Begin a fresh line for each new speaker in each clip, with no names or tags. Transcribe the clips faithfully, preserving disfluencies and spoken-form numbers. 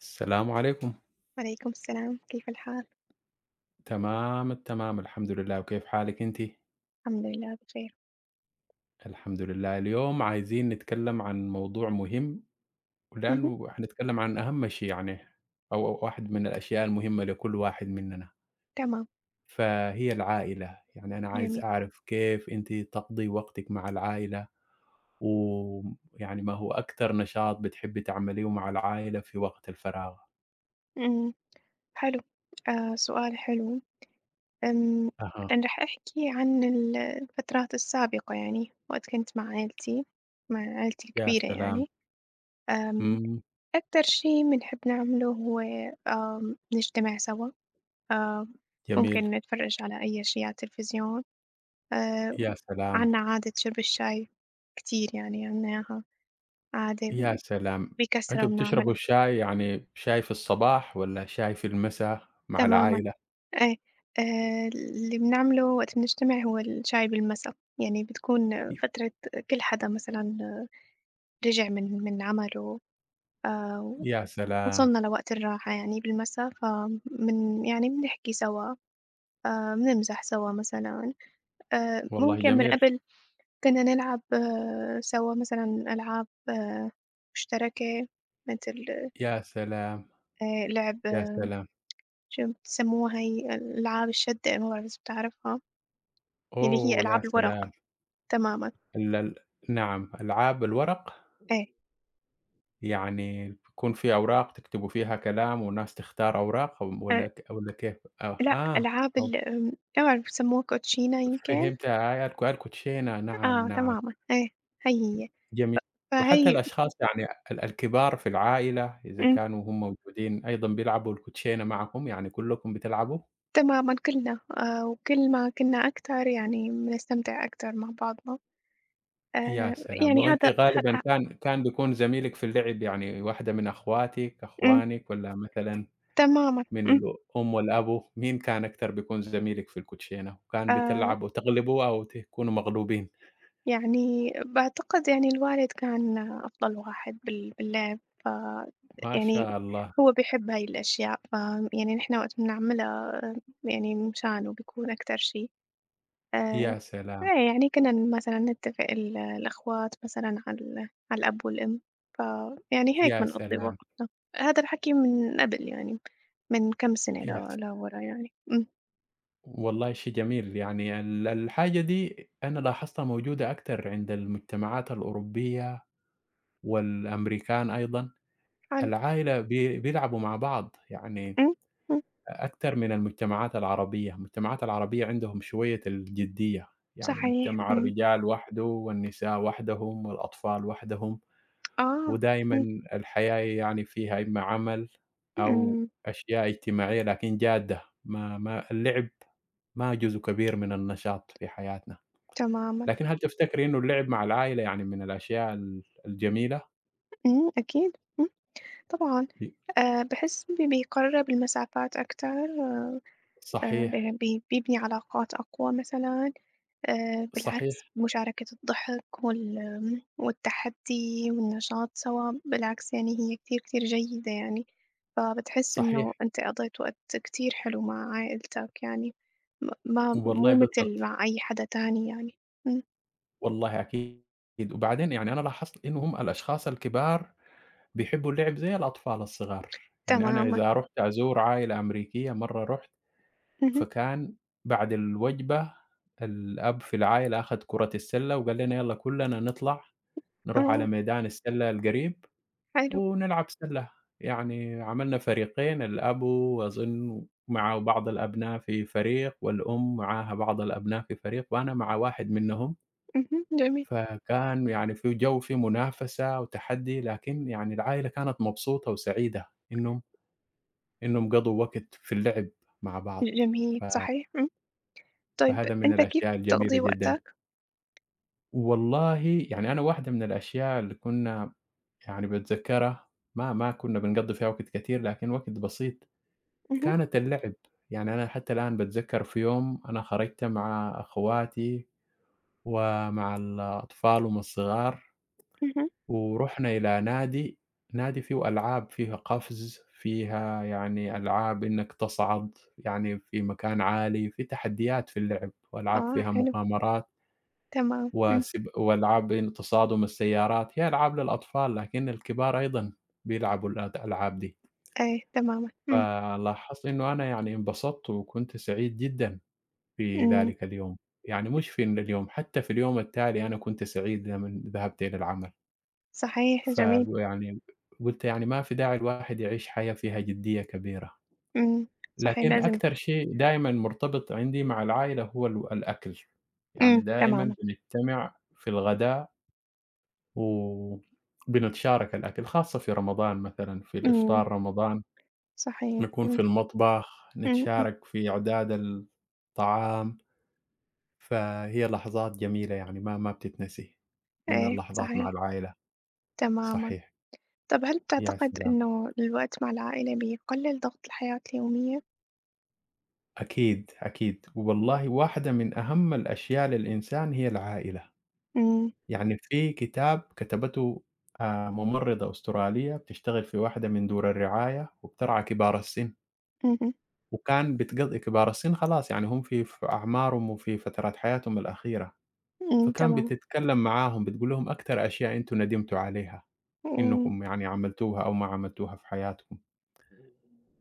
السلام عليكم.
وعليكم السلام، كيف الحال؟
تمام التمام، الحمد لله، وكيف حالِك أنتِ؟
الحمد لله بخير.
الحمد لله، اليوم عايزين نتكلم عن موضوع مهم،
اهم.
ولأنه حنتكلم عن أهم شيء يعني أو أو واحد من الأشياء المهمة لكل واحد مننا،
تمام.
فهي العائلة، يعني أنا عايز
جميل.
أعرف كيف أنتِ تقضي وقتِك مع العائلة، ويعني ما هو أكتر نشاط بتحبي تعمليه مع العائلة في وقت الفراغ؟
إمم، حلو. آآ سؤال حلو. آمم،
أها،
أنا راح أحكي عن ال الفترات السابقة يعني، وقت كنت مع عيلتي، مع عيلتي
يا
الكبيرة
سلام!
يعني. آمم،
إمم،
أكتر شي بنحب نعمله هو آمم، نجتمع سوا، آآ
جميل،
ممكن نتفرج على أي شي على التلفزيون. آآ،
يا سلام!
عندنا عادة شرب الشاي كتير يعني، عندنا إياها عادة
يا سلام!
بكثرة
أنتم
بنعملها.
بتشربوا الشاي يعني شاي في الصباح والّا شاي في المسا مع
تمامًا.
العائلة؟
أي. آآ اللي بنعمله وقت بنجتمع هو الشاي بالمسا، يعني بتكون
ي
فترة كل حدا مثلًا رجع من من عمله، آآ
يا
وصلنا
سلام!
لوقت الراحة يعني بالمسا، فمن يعني بنحكي سوا، آآ بنمزح سوا مثلًا، آآ
والله
ممكن من
جميل.
قبل كنا نلعب آه، سوا مثلًا ألعاب آه، مشتركة مثل
يا سلام!
آآ لعب
يا
آه،
سلام!
شو بسموها هي ألعاب الشدة، ما بعرف إذا بتعرفها، اللي هي
أوه يا
ألعاب الورق
سلام!
تمامًا.
ال ال نعم، ألعاب الورق؟
إيه.
يعني بيكون في أوراق تكتبوا فيها كلام والناس تختار أوراق و
آآ
والّا ك والّا كيف؟ آه،
لأ
آه،
ألعاب
أو
ال آمم، ما أعرف بيسموها كوتشينة يمكن؟
فهمت، آه الك الكوتشينة، نعم،
آه
نعم.
تمامًا، إيه هي هي،
جميل. وحتى
فهي
الأشخاص يعني ال الكبار في العائلة إذا
إمم،
كانوا هم موجودين أيضًا بيلعبوا الكوتشينة معكم، يعني كلّكم بتلعبوا؟
تمامًا كلنا، آآ، وكل ما كنا أكتر يعني بنستمتع أكتر مع بعضنا.
يا
آآ
سلام!
يعني
وأنتِ
هذا
غالبًا
ه
كان كان بيكون زميلِك في اللعب يعني واحدة من أخواتِك،
إمم.
أخوانِك والّا مثلًا
تمامًا.
من
إمم.
الأم والأبو، مين كان أكتر بيكون زميلِك في الكوتشينة وكان
آآ
بتلعب وتغلبوا أو تكونوا مغلوبين؟
يعني باعتقد يعني الوالد كان أفضل واحد بال باللعب. ف
ما
يعني
شاء الله!
هو بيحب هاي الأشياء. ف يعني نحن وقت بنعملها آه، يعني مشانه بيكون أكتر شي. آآ،
يا سلام!
إيه يعني كنا مثلًا نتفق ال الأخوات مثلًا على ال على الأب والأم، فيعني هيك
يا
بنقضّي
سلام!
وقتنا، هذا الحكي من قبل يعني، من كام سنة
يا
ل لورا يعني. إمم.
والله شيء جميل، يعني ال الحاجة دي أنا لاحظتها موجودة أكتر عند المجتمعات الأوروبية والأمريكان أيضًا،
حلو.
العائلة بي بيلعبوا مع بعض، يعني
إمم. إمم.
أكتر من المجتمعات العربية، المجتمعات العربية عندهم شوية الجدية، يعني
صحيح.
مجتمع
إمم.
الرجال وحده والنساء وحدهم والأطفال وحدهم.
آه.
ودايمًا
إمم.
الحياة يعني فيها إما عمل أو
إمم.
أشياء اجتماعية لكن جادة، ما ما اللعب ما جزء كبير من النشاط في حياتنا،
تمامًا.
لكن هل تفتكري إنه اللعب مع العائلة يعني من الأشياء ال الجميلة؟
إمم. أكيد. إمم. طبعًا.
ي
آآ، باحس بي بيقرّب المسافات أكتر. آآ، ب بي
صحيح،
بي- بيبني علاقات أقوى مثلًا. آآ
صحيح،
بالعكس، مشاركة الضحك وال آمم، والتحدّي والنشاط سوا، بالعكس يعني هي كتير، كتير جيدة يعني، فبتحس
صحيح،
إنه أنت قضيت وقت كتير حلو مع عائلتك يعني، م ما
والله
مو
بالضبط،
متل مع أي حدا تاني يعني. إمم.
والله أكيد، وبعدين يعني أنا لاحظت إنه هم الأشخاص الكبار بيحبوا اللعب زي الأطفال الصغار، يعني أنا
تمامًا.
إذا رُحت أزور عائلة أمريكية مرة رُحت
اهم.
فكان بعد الوجبة الأب في العائلة أخد كرة السلة وقال لنا: «يالّا كلّنا نطلع نروح على
آه.
ميدان السلة القريب
حلو.
ونلعب سلة.» يعني عملنا فريقين، الأب وأظن معه بعض الأبناء في فريق والأم معاها بعض الأبناء في فريق وأنا مع واحد منهم،
اهم. جميل.
فكان يعني في جو في منافسة وتحدي، لكن يعني العائلة كانت مبسوطة وسعيدة إنهم إنهم قضوا وقت في اللعب مع بعض.
جميل.
ف
صحيح. إمم. طيب
فهذا من
أنت كيف
الأشياء الجميلة
بتقضي
جدًا.
وقتك؟
والله يعني أنا واحدة من الأشياء اللي كنا يعني باتذكّرها ما ما كنا بنقضّي فيها وقت كتير، لكن وقت بسيط،
اهم.
كانت اللعب. يعني أنا حتى الآن باتذكّر في يوم أنا خرجت مع أخواتي ومع الأطفال هم الصغار
اهم.
ورُحنا إلى نادي، نادي فيه ألعاب، فيها قفز، فيها يعني ألعاب إنّك تصعد يعني في مكان عالي، في تحديات في اللعب وألعاب
آه.
فيها
حلو.
مغامرات.
تمام. إمم.
وسب وألعاب تصادم السيارات، هي ألعاب للأطفال، لكن الكبار أيضًا بيلعبوا الأد الألعاب دي،
إيه. تمامًا. إمم.
فلاحظت إنه أنا يعني انبسطت وكنت سعيد جدًا في
إمم.
ذلك اليوم، يعني مش في ال اليوم، حتى في اليوم التالي أنا كنت سعيد لمن ذهبت إلى العمل،
صحيح. جميل.
فيعني قُلت يعني ما في داعي الواحد يعيش حياة فيها جدية كبيرة،
إمم. صحيح
لكن
لازم.
أكتر شيء دايمًا مرتبط عندي مع العائلة هو ال الأكل، يعني
إمم.
دائمًا
تمامًا.
بنجتمع في الغداء و بنتشارك الأكل، خاصة في رمضان مثلًا في
إمم.
الإفطار رمضان
صحيح.
نكون
إمم.
في المطبخ،
إمم. إمم.
نتشارك في إعداد الطعام، فهي لحظات جميلة يعني ما ما بتتنسي من
إيه.
اللحظات مع
صحيح.
العائلة،
تمامًا.
صحيح،
طَب هل
يا
بتعتقد
سلام!
إنه الوقت مع العائلة بيقلل ضغط الحياة اليومية؟
أكيد، أكيد، والله واحدة من أهم الأشياء للإنسان هي العائلة،
إمم.
يعني في كتاب كتبته آآ ممرضة أسترالية بتشتغل في واحدة من دور الرعاية وبترعى كبار السن.
اهم.
وكان بتقضي كبار السن خلاص يعني هم في في أعمارهم وفي فترات حياتهم الأخيرة،
إمم.
فكان
تمامًا.
بتتكلم معاهم بتقول لهم أكتر أشياء أنتم ندمتوا عليها،
إمم.
إنكم يعني عملتوها أو ما عملتوها في حياتكم،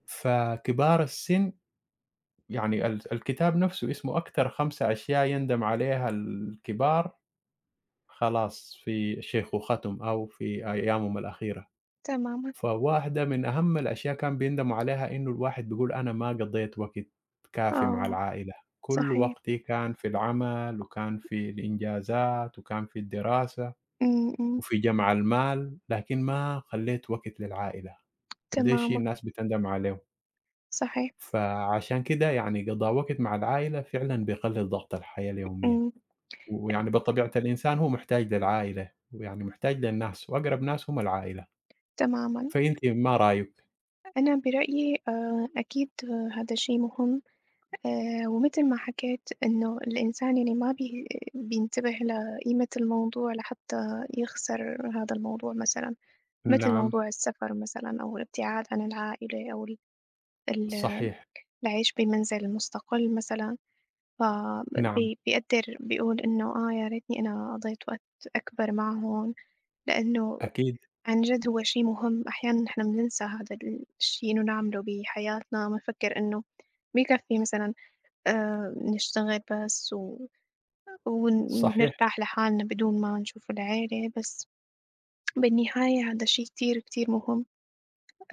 فكبار السن يعني ال الكتاب نفسه اسمه أكتر خمسة أشياء يندم عليها الكبار خلاص في شيخوختهم أو في أيامهم الأخيرة.
تمامًا.
فواحدة من أهم الأشياء كان بيندموا عليها إنه الواحد بيقول أنا ما قضيت وقت كافي مع
آه.
العائلة، كل
صحيح.
وقتي كان في العمل وكان في الإنجازات وكان في الدراسة
إمم. إمم.
وفي جمع المال، لكن ما خلّيت وقت للعائلة، فده شيء
تمامًا.
الناس بتندم عليه،
صحيح.
فعشان كده يعني قضاء وقت مع العائلة فعلًا بيقلل ضغط الحياة اليومية،
إمم.
ويعني بطبيعة الإنسان هو محتاج للعائلة، ويعني محتاج للناس وأقرب ناس هم العائلة،
تمامًا.
فأنتِ ما رأيِك؟
أنا برأيي آآ أكيد هذا شيء مهم. آآ ومثل ما حكيت إنه الإنسان يعني ما بي بينتبه لقيمة الموضوع لحتى يخسر هذا الموضوع مثلًا، مثل
نعم،
موضوع السفر مثلًا أو الابتعاد عن العائلة أو ال ال
صحيح.
العيش بمنزل مستقل مثلًا. ف
نعم،
بي بيقدر بيقول إنه آه يا ريتني أنا قضيت وقت أكبر معهم، لإنه
أكيد،
عن جد هو شي مهم، أحيانًا نحن بننسى هذا الشي إنه نعمله بحياتنا، بنفكر إنه بيكفي مثلًا آآ نشتغل بس و ون
صحيح،
ونرتاح لحالنا بدون ما نشوف العيلة، بس بالنهاية هذا الشي كتير كتير مهم.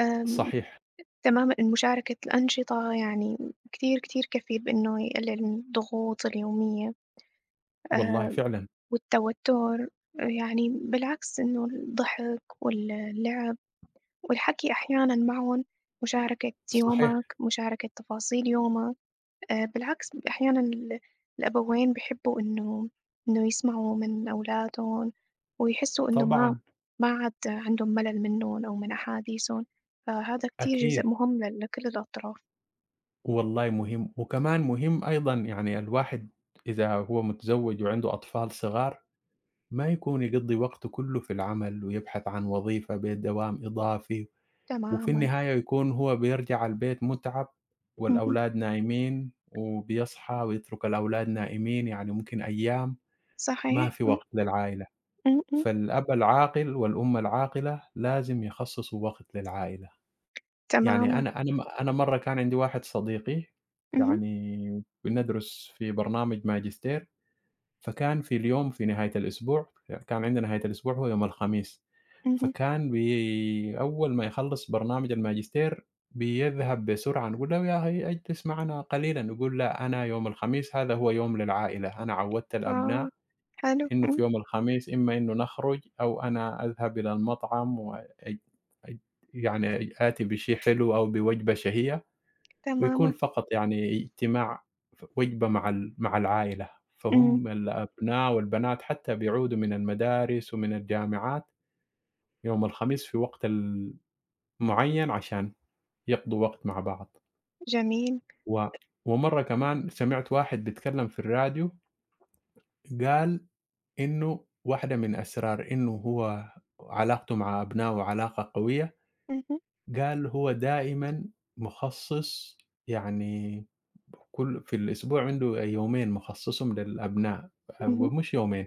آمم،
صحيح،
تمامًا مشاركة الأنشطة يعني كتير كتير كفيل بإنه يقلل من الضغوط اليومية،
والله
آآ،
فعلًا،
والتوتر، يعني بالعكس إنه الضحك واللعب والحكي أحيانًا معهم، مشاركة
صحيح،
يومك، مشاركة تفاصيل يومك. آآ بالعكس بيبقى أحيانًا ال الأبوين بيحبّوا إنه إنه يسمعوا من أولادهم، ويحسّوا إنه ما
طبعًا،
ما عاد عندهم ملل منّن أو من أحاديثهم، فهذا كتير جزء
أكيد،
مهم ل لكل الأطراف.
والله مهم، وكمان مهم أيضًا يعني الواحد إذا هو متزوج وعنده أطفال صغار ما يكون يقضّي وقته كله في العمل ويبحث عن وظيفة بدوام إضافي، وفي
تمامًا.
النهاية يكون هو بيرجع البيت مُتعب
اهم.
والأولاد نايمين وبيصحى ويترك الأولاد نائمين، يعني ممكن أيام ما
صحيح.
في
إمم.
وقت للعائلة.
إمم. إمم.
فالأب العاقل والأم العاقلة لازم يخصصوا وقت للعائلة، يعني
تمامًا.
أنا أنا م أنا مرّة كان عندي واحد صديقي
اهم.
يعني بندرس في برنامج ماجستير، فكان في اليوم في نهاية الأسبوع كان عندنا نهاية الأسبوع هو يوم الخميس،
اهم.
فكان بي أول ما يخلّص برنامج الماجستير بيذهب بسرعة نقول له: «يا أخي اجلس معنا قليلًا.» يقول: «لأ، أنا يوم الخميس هذا هو يوم للعائلة، أنا عوّدت
آه.
الأبناء»
حلو.
إنه
إمم.
في يوم الخميس إمّا إنه نخرج أو أنا أذهب إلى المطعم و أج أج يعني آتي بشيء حلو أو بوجبة شهية ويكون
تمامًا.
فقط يعني اجتماع ف وجبة مع ال مع العائلة،
إمم.
فهم الأبناء والبنات حتى بيعودوا من المدارس ومن الجامعات يوم الخميس في وقت ال معيّن عشان يقضوا وقت مع بعض.
جميل.
و ومرّة كمان سمعت واحد بيتكلّم في الراديو قال إنه واحدة من أسرار إنه هو علاقته مع أبنائه علاقة قوية،
اهم.
قال هو دائمًا مخصّص يعني كل في الأسبوع عنده يومين مخصّصهم للأبناء،
اهم.
هو مش يومين،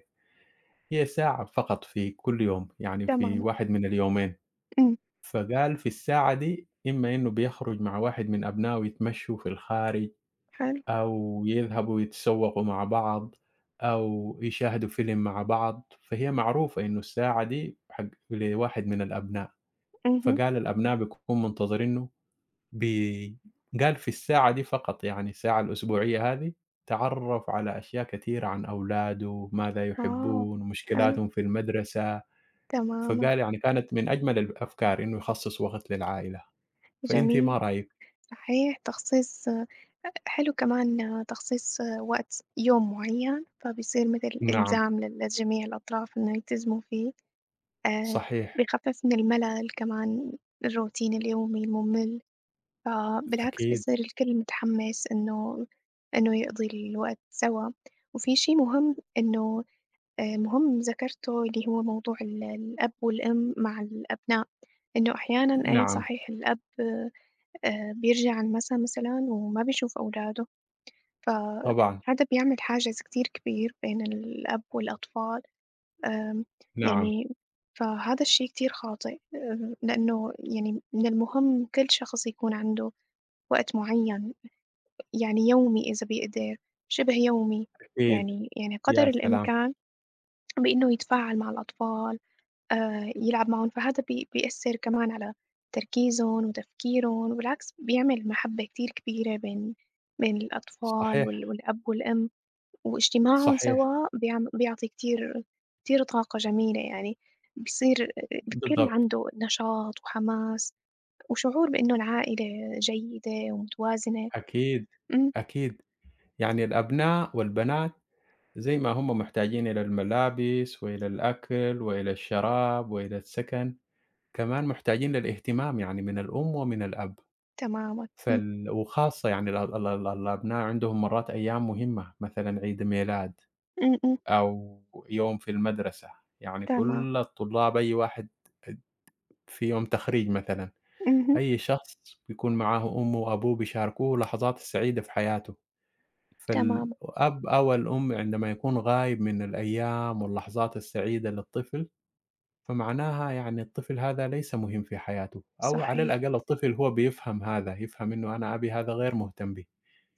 هي ساعة فقط في كل يوم، يعني في
تمامًا.
واحد من اليومين،
إمم.
فقال في الساعة دي إما إنه بيخرج مع واحد من أبنائه يتمشوا في الخارج
حلو.
أو يذهبوا يتسوقوا مع بعض، أو يشاهدوا فيلم مع بعض، فهي معروفة إنه الساعة دي حق لواحد من الأبناء،
اهم.
فقال الأبناء بيكونوا منتظرينه ب قال في الساعة دي فقط يعني الساعة الأسبوعية هذه تعرّف على أشياء كثيرة عن أولاده، ماذا
آه.
يحبون،
حلو.
مشكلاتهم في المدرسة،
تمامًا.
فقال يعني كانت من أجمل الأفكار إنه يخصص وقت للعائلة، فأنتِ
جميل.
ما رأيِك؟
صحيح. تخصيص حلو كمان آه، تخصيص آه، وقت يوم معين، فبيصير مثل
نعم،
إلزام لل لجميع الأطراف إنه يلتزموا فيه. آآ
صحيح،
بيخفف من الملل كمان، الروتين اليومي الممل، فبالعكس
أكيد،
بيصير الكل متحمس إنه إنه يقضي الوقت سوا. وفي شي مهم إنه آآ مهم ذكرته اللي هو موضوع ال الأب والأم مع الأبناء، إنه أحيانًا إيه
نعم،
صحيح الأب آآ بيرجع عن المسا مثلًا وما بيشوف أولاده.
طبعًا،
فهذا بيعمل حاجز كتير كبير بين الأب والأطفال. آمم،
نعم.
يعني فهذا الشي كتير خاطئ، آآ، لأنه يعني من المهم كل شخص يكون عنده وقت معين، يعني يومي إذا بيقدر، شبه يومي،
أكيد،
يعني يعني قدر
يا سلام!
الإمكان بإنه يتفاعل مع الأطفال، آآ، يلعب معاهم، فهذا بي بيأثّر كمان على تركيزهم وتفكيرهم، وبالعكس بيعمل محبة كتير كبيرة بين بين الأطفال
صحيح،
وال والأب والأم. واجتماعهم
صحيح،
سوا بيعم بيعطي كتير كتير طاقة جميلة يعني، بيصير الكل
بالضبط،
عنده نشاط وحماس وشعور بإنه العائلة جيدة ومتوازنة.
أكيد،
إمم.
أكيد، يعني الأبناء والبنات زي ما هم محتاجين إلى الملابس وإلى الأكل وإلى الشراب وإلى السكن، كمان محتاجين للاهتمام يعني من الأم ومن الأب،
تمامًا. إمم.
فال وخاصة يعني ال ال ال الأبناء عندهم مرات أيام مهمة، مثلًا عيد ميلاد
إمم. إمم.
أو يوم في المدرسة، يعني
تمام.
كل الطلاب أي واحد في يوم تخريج مثلًا.
اهم.
أي شخص بيكون معاه أمه وأبوه بيشاركوه لحظات السعيدة في حياته،
تمامًا.
فالأب أو الأم عندما يكون غايب من الأيام واللحظات السعيدة للطفل، فمعناها يعني الطفل هذا ليس مهم في حياته، أو على
صحيح.
الأقل الطفل هو بيفهم هذا، يفهم إنه أنا أبي هذا غير مهتم بي،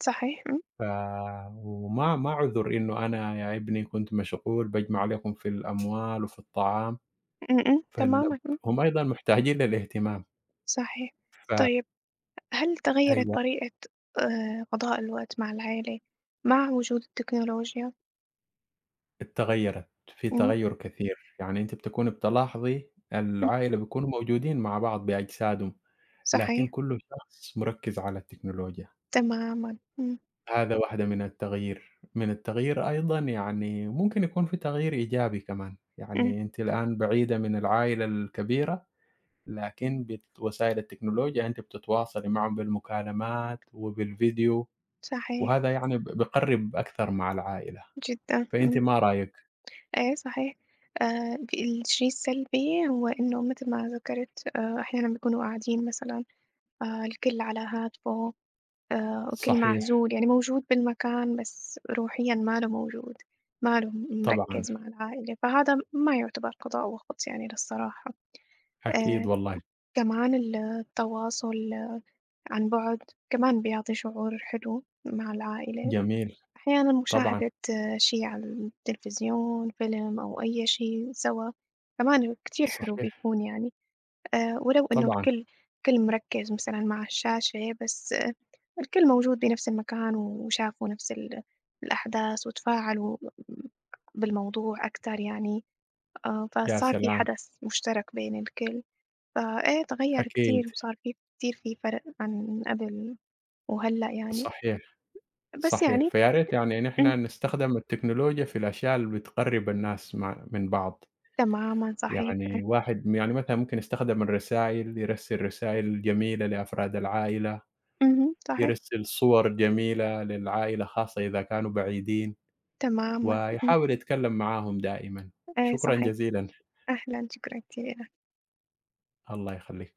صحيح. إمم.
ف وما ما عذر إنه أنا يا ابني كنت مشغول باجمع لكم في الأموال وفي الطعام،
إمم. إمم.
فال
تمامًا. إمم.
هم أيضًا محتاجين للاهتمام،
صحيح.
ف
طيب هل تغيّرت
أيوه.
طريقة آآ قضاء الوقت مع العيلة مع وجود التكنولوجيا؟
اتغيّرت، في
إمم.
تغيُّر كثير، يعني أنتِ بتكوني بتلاحظي
إمم.
العائلة بيكونوا موجودين مع بعض بأجسادهم، لكن
صحيح.
كل شخص مركّز على التكنولوجيا،
تمامًا. إمم.
هذا واحدة من التغيير. من التغيير أيضًا يعني ممكن يكون في تغيير إيجابي كمان،
إمم.
يعني أنتِ الآن بعيدة من العائلة الكبيرة، لكن بت وسائل التكنولوجيا أنتِ بتتواصلي معاهم بالمكالمات وبالفيديو،
صحيح.
وهذا يعني ب بيقرّب أكثر مع العائلة،
جدًا
فأنتِ
إمم.
ما رأيِك؟
أيوه صحيح. آآ ب الشيء السلبي هو إنه مثل ما ذكرت، آآ أحيانًا بيكونوا قاعدين مثلًا آآ الكل على هاتفه، آآ وكل
صحيح،
معزول، يعني موجود بالمكان بس روحيًا ما له موجود، ما له
طبعًا،
مركّز مع العائلة، فهذا ما يُعتبر قضاء وقت يعني للصراحة.
أكيد
آآ
والله.
كمان ال التواصل عن بُعد كمان بيعطي شعور حلو مع العائلة.
جميل،
أحيانًا
طبعًا،
مشاهدة آه، شي على التلفزيون، فيلم أو أي شي سوا كمان كتير حلو
صحيح،
بيكون يعني، آآ ولو إنه
طبعًا،
الكل الكل مركّز مثلًا مع الشاشة بس آه، الكل موجود بنفس المكان وشافوا نفس ال الأحداث وتفاعلوا بالموضوع أكتر يعني. آه.
يا
فصار في
سلام!
حدث مشترك بين الكل، فإيه تغيّر كتير
أكيد،
وصار في كتير في فرق عن قبل وهلأ يعني.
صحيح،
بس
صحيح،
يعني
فيا ريت يعني
إمم.
نحن نستخدم التكنولوجيا في الأشياء اللي بتقرّب الناس مع من بعض،
تمامًا صحيح.
يعني واحد يعني مثلًا ممكن يستخدم الرسايل، يرسل رسايل جميلة لأفراد العائلة،
اهم. صحيح.
يرسل صور جميلة للعائلة خاصة إذا كانوا بعيدين،
تمامًا. إمم.
ويحاول يتكلم معاهم دائمًا،
أي
شكرًا
صحيح.
جزيلًا،
أهلًا، شكرًا كتير.
الله يخليك.